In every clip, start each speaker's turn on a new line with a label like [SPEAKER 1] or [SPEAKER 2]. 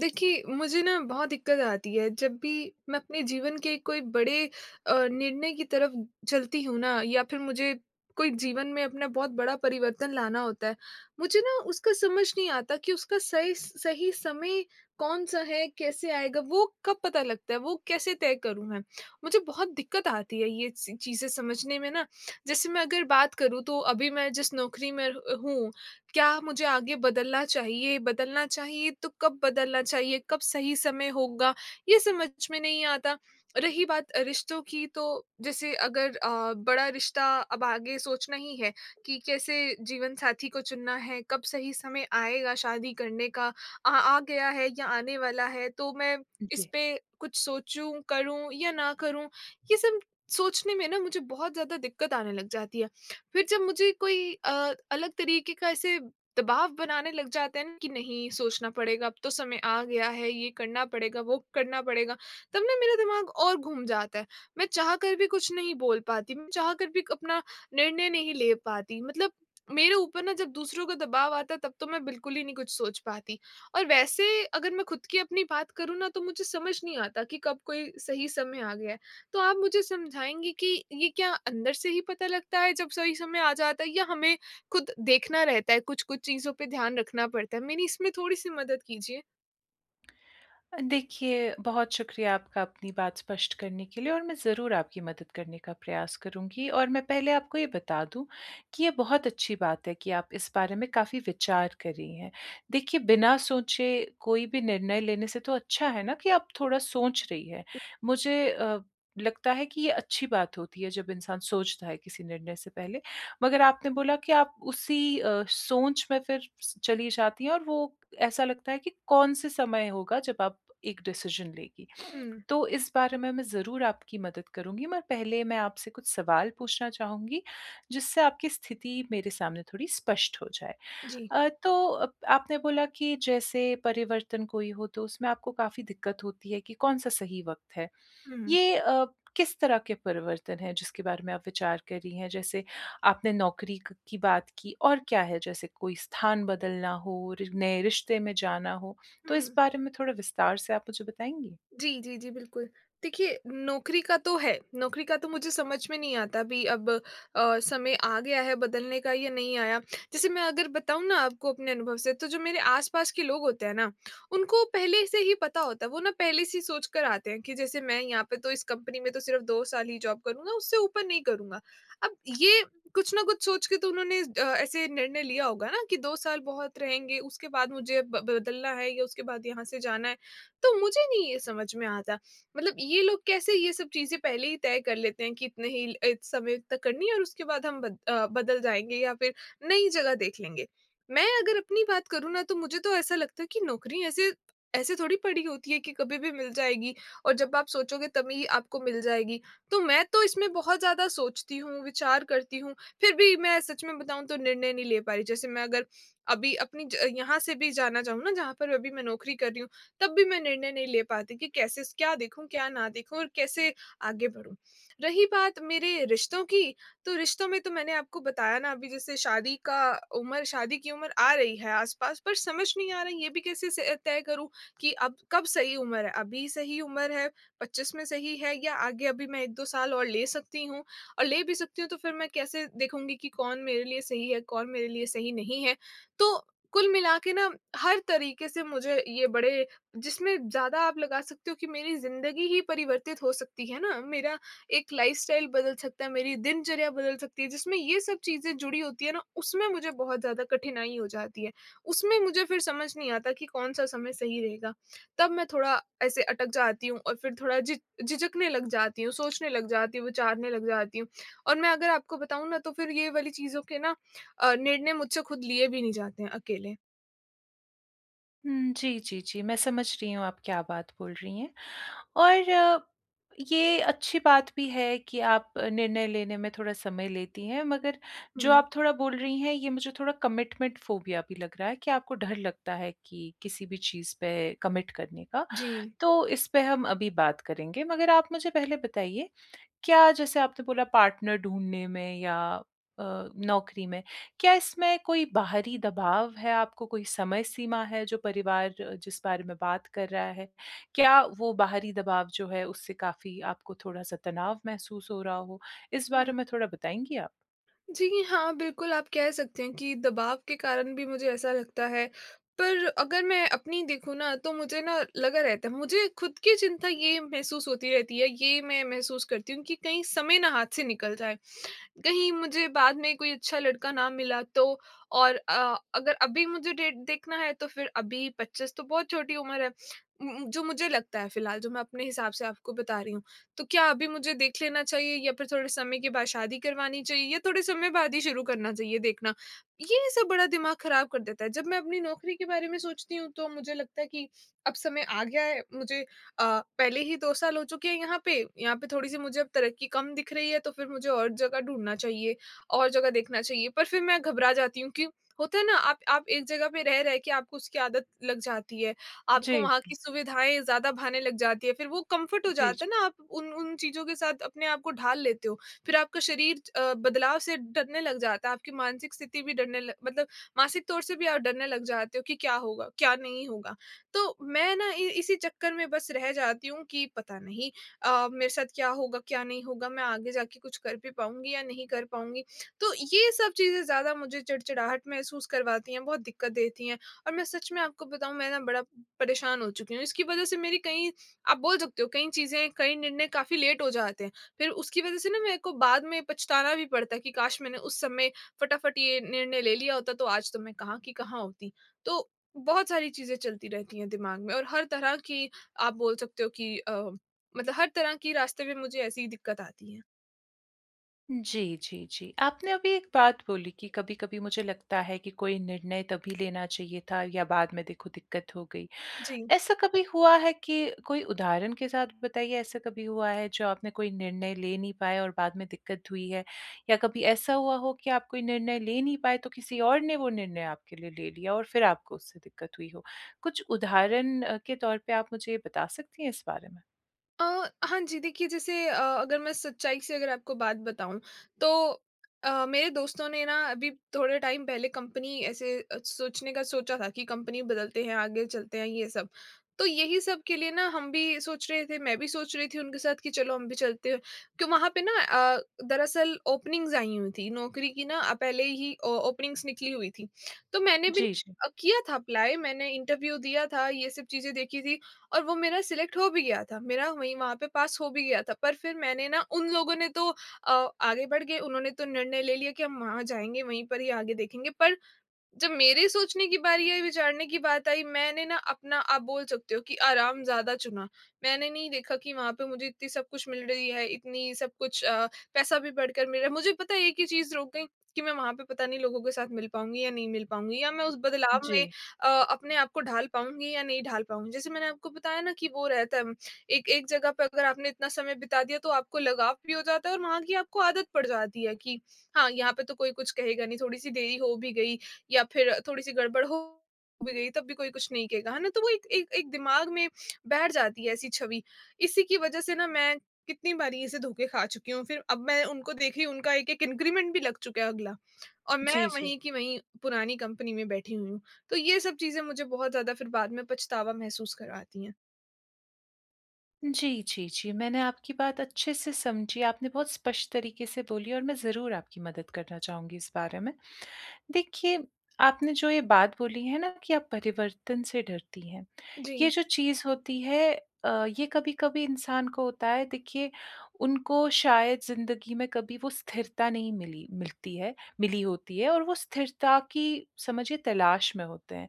[SPEAKER 1] देखिए, मुझे ना बहुत दिक्कत आती है जब भी मैं अपने जीवन के कोई बड़े निर्णय की तरफ चलती हूँ ना, या फिर मुझे कोई जीवन में अपना बहुत बड़ा परिवर्तन लाना होता है। मुझे ना उसका समझ नहीं आता कि उसका सही सही समय कौन-सा है, कैसे आएगा, वो कब पता लगता है, वो कैसे तय करूँ मैं? मुझे बहुत दिक्कत आती है ये सी चीज़ें समझने में ना। जैसे मैं अगर बात करूँ तो अभी मैं जिस नौकरी में हूँ, क्या मुझे आगे बदलना चाहिए? बदलना चाहिए तो कब बदलना चाहिए? कब सही समय होगा? ये समझ में नहीं आता। रही बात रिश्तों की, तो जैसे अगर बड़ा रिश्ता अब आगे सोचना ही है कि कैसे जीवन साथी को चुनना है, कब सही समय आएगा शादी करने का, आ आ गया है या आने वाला है, तो मैं इस
[SPEAKER 2] जी।
[SPEAKER 1] पे कुछ सोचूँ, करूँ या ना करूँ? ये सब सोचने में ना मुझे बहुत ज़्यादा दिक्कत आने लग जाती है। फिर जब मुझे कोई अलग तरीके का ऐसे दबाव बनाने लग जाते हैं ना कि नहीं सोचना पड़ेगा, अब तो समय आ गया है, ये करना पड़ेगा, वो करना पड़ेगा, तब ना मेरा दिमाग और घूम जाता है। मैं चाह कर भी कुछ नहीं बोल पाती, मैं चाह कर भी अपना निर्णय नहीं ले पाती, मतलब मेरे ऊपर ना जब दूसरों का दबाव आता है, तब तो मैं बिल्कुल ही नहीं कुछ सोच पाती। और वैसे अगर मैं खुद की अपनी बात करूँ ना, तो मुझे समझ नहीं आता कि कब कोई सही समय आ गया है। तो आप मुझे समझाएँगे कि ये क्या अंदर से ही पता लगता है जब सही समय आ जाता है, या हमें खुद देखना रहता है, कुछ-कुछ चीज़ों पे ध्यान रखना पड़ता है? मेरी इसमें थोड़ी-सी मदद कीजिए।
[SPEAKER 2] देखिए, बहुत शुक्रिया आपका अपनी बात स्पष्ट करने के लिए और मैं ज़रूर आपकी मदद करने का प्रयास करूँगी और मैं पहले आपको ये बता दूँ कि ये बहुत अच्छी बात है कि आप इस बारे में काफ़ी विचार कर रही हैं। देखिए, बिना सोचे कोई भी निर्णय लेने से तो अच्छा है ना कि आप थोड़ा सोच रही हैं। मुझे लगता है कि ये अच्छी बात होती है जब इंसान सोचता है किसी निर्णय से पहले। मगर आपने बोला कि आप उसी सोच में फिर स चली जाती हैं और वो ऐसा लगता है कि कौन-से समय होगा जब आप एक डिसीज़न लेंगी।
[SPEAKER 1] हुँ,
[SPEAKER 2] तो इस बारे में मैं ज़रूर आपकी मदद करूँगी मगर पहले मैं आपसे कुछ सवाल पूछना चाहूँगी, जिससे आपकी स्थिति मेरे सामने थोड़ी स्पष्ट हो जाए।
[SPEAKER 1] जी।
[SPEAKER 2] तो अप आपने बोला कि जैसे परिवर्तन कोई हो तो उसमें आपको काफ़ी दिक्कत होती है कि कौन-सा सही वक़्त है।
[SPEAKER 1] हुँ,
[SPEAKER 2] ये किस तरह के परिवर्तन हैं जिसके बारे में आप विचार कर रही हैं? जैसे आपने नौकरी क की बात की और क्या है, जैसे कोई स्थान बदलना हो, रि नए रिश्ते में जाना हो, तो
[SPEAKER 1] हुँ।
[SPEAKER 2] इस बारे में थोड़ा विस्तार से आप मुझे बताएँगी?
[SPEAKER 1] जी, जी, जी, बिल्कुल। देखिए, नौकरी का तो है, नौकरी का तो मुझे समझ में नहीं आता अभी, अब समय आ गया है बदलने का या नहीं आया। जैसे मैं अगर बताऊँ ना आपको अपने अनुभव से, तो जो मेरे आस-पास के लोग होते हैं ना, उनको पहले से ही पता होता है, वो ना पहले से ही सोच कर आते हैं कि जैसे मैं यहाँ पे तो, इस कंपनी में तो सिर्फ़ 2 साल ही जॉब करूँगा, उससे ऊपर नहीं करूँगा। अब ये कुछ ना कुछ सोच के तो उन्होंने ऐसे निर्णय लिया होगा ना कि 2 साल बहुत रहेंगे, उसके बाद मुझे ब बदलना है या उसके बाद यहाँ से जाना है। तो मुझे नहीं ये समझ में आता, मतलब ये लोग कैसे ये सब चीज़ें पहले ही तय कर लेते हैं कि इतने ही, इस समय तक करनी है और उसके बाद हम बदल जाएँगे या फिर नई जगह देख लेंगे। मैं अगर अपनी बात करूँ ना, तो मुझे तो ऐसा लगता है कि नौकरी ऐसे ऐसे थोड़ी पड़ी होती है कि कभी भी मिल जाएगी और जब आप सोचोगे तभी आपको मिल जाएगी। तो मैं तो इसमें बहुत ज़्यादा सोचती हूँ, विचार करती हूँ, फिर भी मैं सच में बताऊँ तो निर्णय नहीं ले पा रही। जैसे मैं अगर अभी अपनी ज यहाँ से भी जाना चाहूँ ना, जहाँ पर अभी मैं नौकरी कर रही हूँ, तब भी मैं निर्णय नहीं ले पाती कि कैसे, क्या देखूँ, क्या ना देखूँ और कैसे आगे बढ़ूँ। रही बात मेरे रिश्तों की, तो रिश्तों में तो मैंने आपको बताया ना, अभी जैसे शादी की उम्र आ रही है आस-पास, पर समझ नहीं आ रही ये भी कैसे से तय करूँ कि अब कब सही उम्र है? अभी सही उम्र है, 25 में सही है, या आगे अभी मैं 1-2 साल और ले सकती हूँ, और ले भी सकती हूँ तो फिर मैं कैसे देखूँगी कि कौन मेरे लिए सही है, कौन मेरे लिए सही नहीं है? तो कुल मिला के ना, हर तरीके से मुझे ये बड़े, जिसमें ज़्यादा आप लगा सकते हो कि मेरी ज़िंदगी ही परिवर्तित हो सकती है ना, मेरा एक लाइफ़स्टाइल बदल सकता है, मेरी दिनचर्या बदल सकती है, जिसमें ये सब चीज़ें जुड़ी होती है ना, उसमें मुझे बहुत ज़्यादा कठिनाई हो जाती है। उसमें मुझे फिर समझ नहीं आता कि कौन-सा समय सही रहेगा। तब मैं थोड़ा ऐसे अटक जाती हूँ और फिर थोड़ा झि झिझकने लग जाती हूँ, सोचने लग जाती हूँ, विचारने लग जाती हूँ, और मैं अगर आपको बताऊँ ना, तो फिर ये वाली चीज़ों के ना निर्णय मुझसे खुद लिए भी नहीं जाते हैं अकेले।
[SPEAKER 2] हुँ, जी, जी, जी। मैं समझ रही हूँ आप क्या बात बोल रही हैं और ये अच्छी बात भी है कि आप निर्णय लेने में थोड़ा समय लेती हैं, मगर
[SPEAKER 1] हुँ।
[SPEAKER 2] जो आप थोड़ा बोल रही हैं, ये मुझे थोड़ा कमिटमेंट फोबिया भी लग रहा है कि आपको डर लगता है कि किसी भी चीज़ पे कमिट करने का।
[SPEAKER 1] जी।
[SPEAKER 2] तो इस पे हम अभी बात करेंगे, मगर आप मुझे पहले बताइए, क्या जैसे आपने बोला पार्टनर ढूँढने में या अ, नौकरी में, क्या इसमें कोई बाहरी दबाव है आपको, कोई समय सीमा है जो परिवार जिस बारे में बात कर रहा है? क्या वो बाहरी दबाव जो है उससे काफ़ी आपको थोड़ा-सा तनाव महसूस हो रहा हो? इस बारे
[SPEAKER 1] हुँ।
[SPEAKER 2] में थोड़ा बताएँगी आप?
[SPEAKER 1] जी हाँ, बिल्कुल आप कह सकते हैं कि दबाव के कारण भी मुझे ऐसा लगता है। पर अगर मैं अपनी देखूँ ना, तो मुझे ना लगा रहता है, मुझे खुद की चिंता ये महसूस होती रहती है, ये मैं महसूस करती हूँ कि कहीं समय ना हाथ से निकल जाए। कहीं मुझे बाद में कोई अच्छा लड़का ना मिला तो, और अगर अभी मुझे डेट देखना है तो फिर अभी 25 तो बहुत छोटी उम्र है, जो मुझे लगता है फिलहाल, जो मैं अपने हिसाब से आपको बता रही हूँ। तो क्या अभी मुझे देख लेना चाहिए या फिर थोड़े समय के बाद शादी करवानी चाहिए, या थोड़े समय बाद ही शुरू करना चाहिए देखना, ये सब बड़ा दिमाग खराब कर देता है। जब मैं अपनी नौकरी के बारे में सोचती हूँ तो मुझे लगता है कि अब समय आ गया है मुझे, अ, पहले ही 2 साल हो चुके हैं यहाँ पे थोड़ी-सी मुझे अब तरक्की कम दिख रही है, तो फिर मुझे और जगह ढूँढना चाहिए, और जगह देखना चाहिए। पर फिर मैं घबरा जाती हूँ कि होता है ना, आप एक जगह पे रह रह के आपको उसकी आदत लग जाती है, आपको
[SPEAKER 2] जी,
[SPEAKER 1] वहाँ की सुविधाएँ ज़्यादा भाने लग जाती है, फिर वो कम्फ़र्ट हो
[SPEAKER 2] जी, जी।
[SPEAKER 1] जाता है ना, आप उन उन चीज़ों के साथ अपने आप को ढाल लेते हो। फिर आपका शरीर बदलाव से डरने लग जाता है, आपकी मानसिक स्थिति भी डरने ल मतलब मानसिक तौर से भी आप डरने लग जाते हो कि क्या होगा, क्या नहीं होगा? तो मैं ना इ इसी चक्कर में बस रह जाती हूँ कि पता नहीं मेरे साथ क्या होगा, क्या नहीं होगा, मैं आगे जाके कुछ कर भी पाऊँगी या नहीं कर पाऊँगी। तो ये सब चीज़ें ज़्यादा मुझे चिड़चिड़ाहट महसूस करवाती हैं, बहुत दिक्कत देती हैं, और मैं सच में आपको बताऊँ, मैं ना बड़ा परेशान हो चुकी हूँ। इसकी वज़ह से मेरी कई, आप बोल सकते हो कई चीज़ें, कई निर्णय काफ़ी लेट हो जाते हैं। फिर उसकी वज़ह से ना मेरे को बाद में पछताना भी पड़ता है कि काश मैंने उस समय फटाफट ये निर्णय ले लिया होता, तो आज तो मैं कहाँ की कहाँ होती। तो बहुत सारी चीज़ें चलती रहती हैं दिमाग में, और हर तरह की, आप बोल सकते हो कि मतलब हर तरह की रास्ते में मुझे ऐसी ही दिक्कत आती है।
[SPEAKER 2] जी, जी, जी। आपने अभी एक बात बोली कि कभी-कभी मुझे लगता है कि कोई निर्णय तभी लेना चाहिए था या बाद में देखो दिक्कत हो गई।
[SPEAKER 1] जी।
[SPEAKER 2] ऐसा कभी हुआ है कि, कोई उदाहरण के साथ बताइए, ऐसा कभी हुआ है जो आपने कोई निर्णय ले नहीं पाए और बाद में दिक्कत हुई है? या कभी ऐसा हुआ हो कि आप कोई निर्णय ले नहीं पाए तो किसी और ने वो निर्णय आपके लिए ले लिया और फिर आपको उससे दिक्कत हुई हो? कुछ उदाहरण के तौर पे आप मुझे ये बता सकती हैं इस बारे में?
[SPEAKER 1] अ, हाँ जी, देखिए, जैसे अगर मैं सच्चाई से अगर आपको बात बताऊँ तो, मेरे दोस्तों ने ना अभी थोड़े टाइम पहले कंपनी ऐसे सोचने का सोचा था कि कंपनी बदलते हैं, आगे चलते हैं ये सब। तो यही सब के लिए ना हम भी सोच रहे थे, मैं भी सोच रही थी उनके साथ कि चलो हम भी चलते हैं। कि वहाँ पे ना दरअसल ओपनिंग्स आई हुई थी, नौकरी की ना पहले ही ओ ओपनिंग्स निकली हुई थी। तो मैंने भी
[SPEAKER 2] जी, जी।
[SPEAKER 1] किया था अप्लाई, मैंने इंटरव्यू दिया था, ये सब चीज़ें देखी थी। और वो मेरा सिलेक्ट हो भी गया था, मेरा वहीं वहाँ पे पास हो भी गया था। पर फिर मैंने ना, उन लोगों ने तो अ, आगे बढ़ गए, उन्होंने तो निर्णय ले लिया कि हम वहाँ जाएँगे, वहीं पर ही आगे देखेंगे। पर जब मेरे सोचने की बारी आई, विचारने की बात आई, मैंने ना अपना, आप बोल सकते हो कि आराम ज़्यादा चुना। मैंने नहीं देखा कि वहाँ पे मुझे इतनी सब कुछ मिल रही है, इतनी सब कुछ पैसा भी बढ़कर मिल रहा है। मुझे पता है एक ही चीज़ रोक गई कि मैं वहाँ पे पता नहीं लोगों के साथ मिल पाऊँगी या नहीं मिल पाऊँगी, या मैं उस बदलाव
[SPEAKER 2] जी।
[SPEAKER 1] में अपने आप को ढाल पाऊँगी या नहीं ढाल पाऊँगी। जैसे मैंने आपको बताया ना कि वो रहता है, एक एक जगह पे अगर आपने इतना समय बिता दिया, तो आपको लगाव भी हो जाता है और वहाँ की आपको आदत पड़ जाती है कि हाँ, यहाँ पे तो कोई कुछ कहेगा नहीं, थोड़ी-सी देरी हो भी गई या फिर थोड़ी-सी गड़बड़ हो भी गई, तब भी कोई कुछ नहीं कहेगा, है ना? तो वो एक एक एक दिमाग में बैठ जाती है ऐसी छवि। इसी की वजह से ना मैं कितनी बारी ऐसे धोखे खा चुकी हूँ। फिर अब मैं उनको देखी, उनका एक-एक इंक्रीमेंट भी लग चुका है अगला, और मैं
[SPEAKER 2] जी, जी।
[SPEAKER 1] वहीं की वहीं पुरानी कंपनी में बैठी हुई हूँ। तो ये सब चीज़ें मुझे बहुत ज़्यादा फिर बाद में पछतावा महसूस करवाती हैं।
[SPEAKER 2] जी, जी, जी। मैंने आपकी बात अच्छे से समझी, आपने बहुत स्पष्ट तरीके से बोली और मैं ज़रूर आपकी मदद करना चाहूँगी इस बारे में। देखिए, आपने जो ये बात बोली है ना कि आप परिवर्तन से डरती हैं,
[SPEAKER 1] जी।
[SPEAKER 2] ये जो चीज़ होती है ये कभी-कभी इंसान को होता है। देखिए, उनको शायद ज़िंदगी में कभी वो स्थिरता नहीं मिली होती है और वो स्थिरता की, समझिए, तलाश में होते हैं।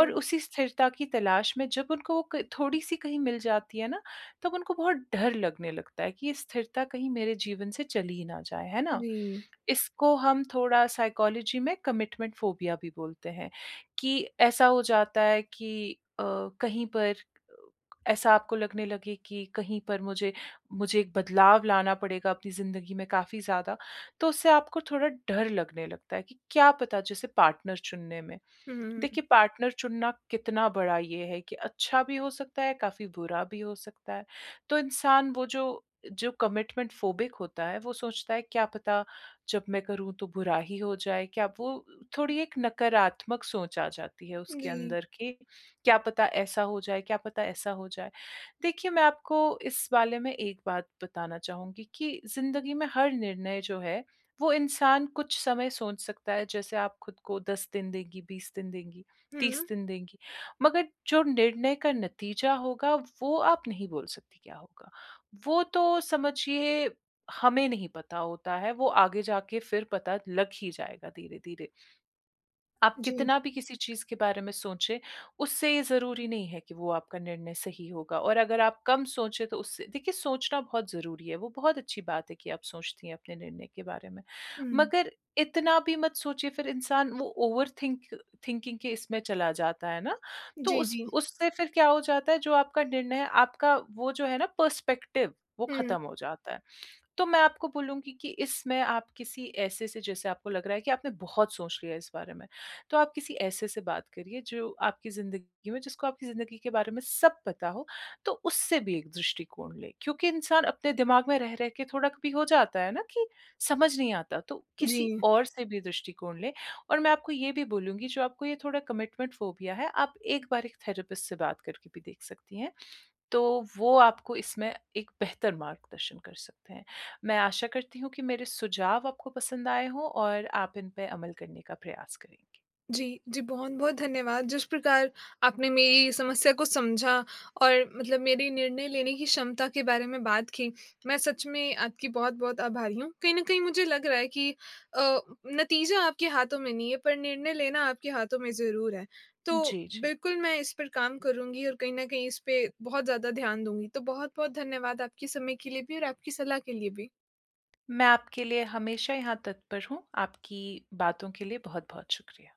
[SPEAKER 2] और उसी स्थिरता की तलाश में जब उनको वो क थोड़ी-सी कहीं मिल जाती है ना, तब उनको बहुत डर लगने लगता है कि ये स्थिरता कहीं मेरे जीवन से चली ना जाए, है ना?
[SPEAKER 1] जी।
[SPEAKER 2] इसको हम थोड़ा साइकोलॉजी में कमिटमेंट फोबिया भी बोलते हैं, कि ऐसा हो जाता है कि कहीं पर ऐसा आपको लगने लगे कि कहीं पर मुझे मुझे एक बदलाव लाना पड़ेगा अपनी ज़िंदगी में काफ़ी ज़्यादा, तो उससे आपको थोड़ा डर लगने लगता है कि क्या पता, जैसे पार्टनर चुनने में।
[SPEAKER 1] हुँ।
[SPEAKER 2] देखिए, पार्टनर चुनना कितना बड़ा ये है कि अच्छा भी हो सकता है, काफ़ी बुरा भी हो सकता है। तो इंसान वो जो जो कमिटमेंट फ़ोबिक होता है, वो सोचता है क्या पता जब मैं करूँ तो बुरा ही हो जाए, क्या वो, थोड़ी एक नकारात्मक सोच आ जाती है उसके
[SPEAKER 1] जी।
[SPEAKER 2] अंदर कि क्या पता ऐसा हो जाए, क्या पता ऐसा हो जाए। देखिए, मैं आपको इस बारे में एक बात बताना चाहूँगी कि ज़िंदगी में हर निर्णय जो है वो इंसान कुछ समय सोच सकता है, जैसे आप खुद को 10 दिन देंगी, 20 दिन देंगी, 30
[SPEAKER 1] हुँ।
[SPEAKER 2] दिन देंगी। मगर जो निर्णय का नतीजा होगा वो आप नहीं बोल सकती क्या होगा। वो तो, समझिए, हमें नहीं पता होता है, वो आगे जाके फिर पता लग ही जाएगा धीरे-धीरे। आप
[SPEAKER 1] जी।
[SPEAKER 2] कितना भी किसी चीज़ के बारे में सोचें, उससे ये ज़रूरी नहीं है कि वो आपका निर्णय सही होगा, और अगर आप कम सोचें तो उससे, देखिए, सोचना बहुत ज़रूरी है, वो बहुत अच्छी बात है कि आप सोचती हैं अपने निर्णय के बारे में।
[SPEAKER 1] हुँ।
[SPEAKER 2] मगर इतना भी मत सोचिए, फिर इंसान वो ओवर थिंकिंग के इसमें चला जाता है ना, तो
[SPEAKER 1] जी,
[SPEAKER 2] उस
[SPEAKER 1] जी।
[SPEAKER 2] उससे फिर क्या हो जाता है, जो आपका निर्णय है, आपका वो जो है ना पर्सपेक्टिव, वो
[SPEAKER 1] हुँ।
[SPEAKER 2] ख़त्म हो जाता है। तो मैं आपको बोलूँगी कि इसमें आप किसी ऐसे से, जैसे आपको लग रहा है कि आपने बहुत सोच लिया इस बारे में, तो आप किसी ऐसे से बात करिए जो आपकी ज़िंदगी में, जिसको आपकी ज़िंदगी के बारे में सब पता हो, तो उससे भी एक दृष्टिकोण लें। क्योंकि इंसान अपने दिमाग में रह-रह के थोड़ा भी हो जाता है ना कि समझ नहीं आता, तो
[SPEAKER 1] जी।
[SPEAKER 2] किसी और से भी दृष्टिकोण लें। और मैं आपको ये भी बोलूँगी, जो आपको ये थोड़ा कमिटमेंट फ़ोबिया है, आप एक बार एक थेरेपिस्ट से बात करके भी देख सकती हैं। तो वो आपको इसमें एक बेहतर मार्गदर्शन कर सकते हैं। मैं आशा करती हूँ कि मेरे सुझाव आपको पसंद आए हों और आप इन पे अमल करने का प्रयास करेंगे।
[SPEAKER 1] जी, जी, बहुत-बहुत धन्यवाद। जिस प्रकार आपने मेरी समस्या को समझा और मतलब मेरी निर्णय लेने की क्षमता के बारे में बात की, मैं सच में आपकी बहुत-बहुत आभारी हूँ। कहीं न कहीं मुझे लग रहा है कि अ, नतीजा आपके हाथों में नहीं है, पर निर्णय लेना आपके हाथों में ज़रूर है। तो
[SPEAKER 2] जी, जी।
[SPEAKER 1] बिल्कुल, मैं इस पर काम करूँगी और कहीं न कहीं इस पे बहुत ज़्यादा ध्यान दूँगी। तो बहुत-बहुत धन्यवाद, आपके समय के लिए भी और आपकी सलाह के लिए भी।
[SPEAKER 2] मैं आपके लिए हमेशा यहाँ तत्पर हूँ। आपकी बातों के लिए बहुत-बहुत शुक्रिया।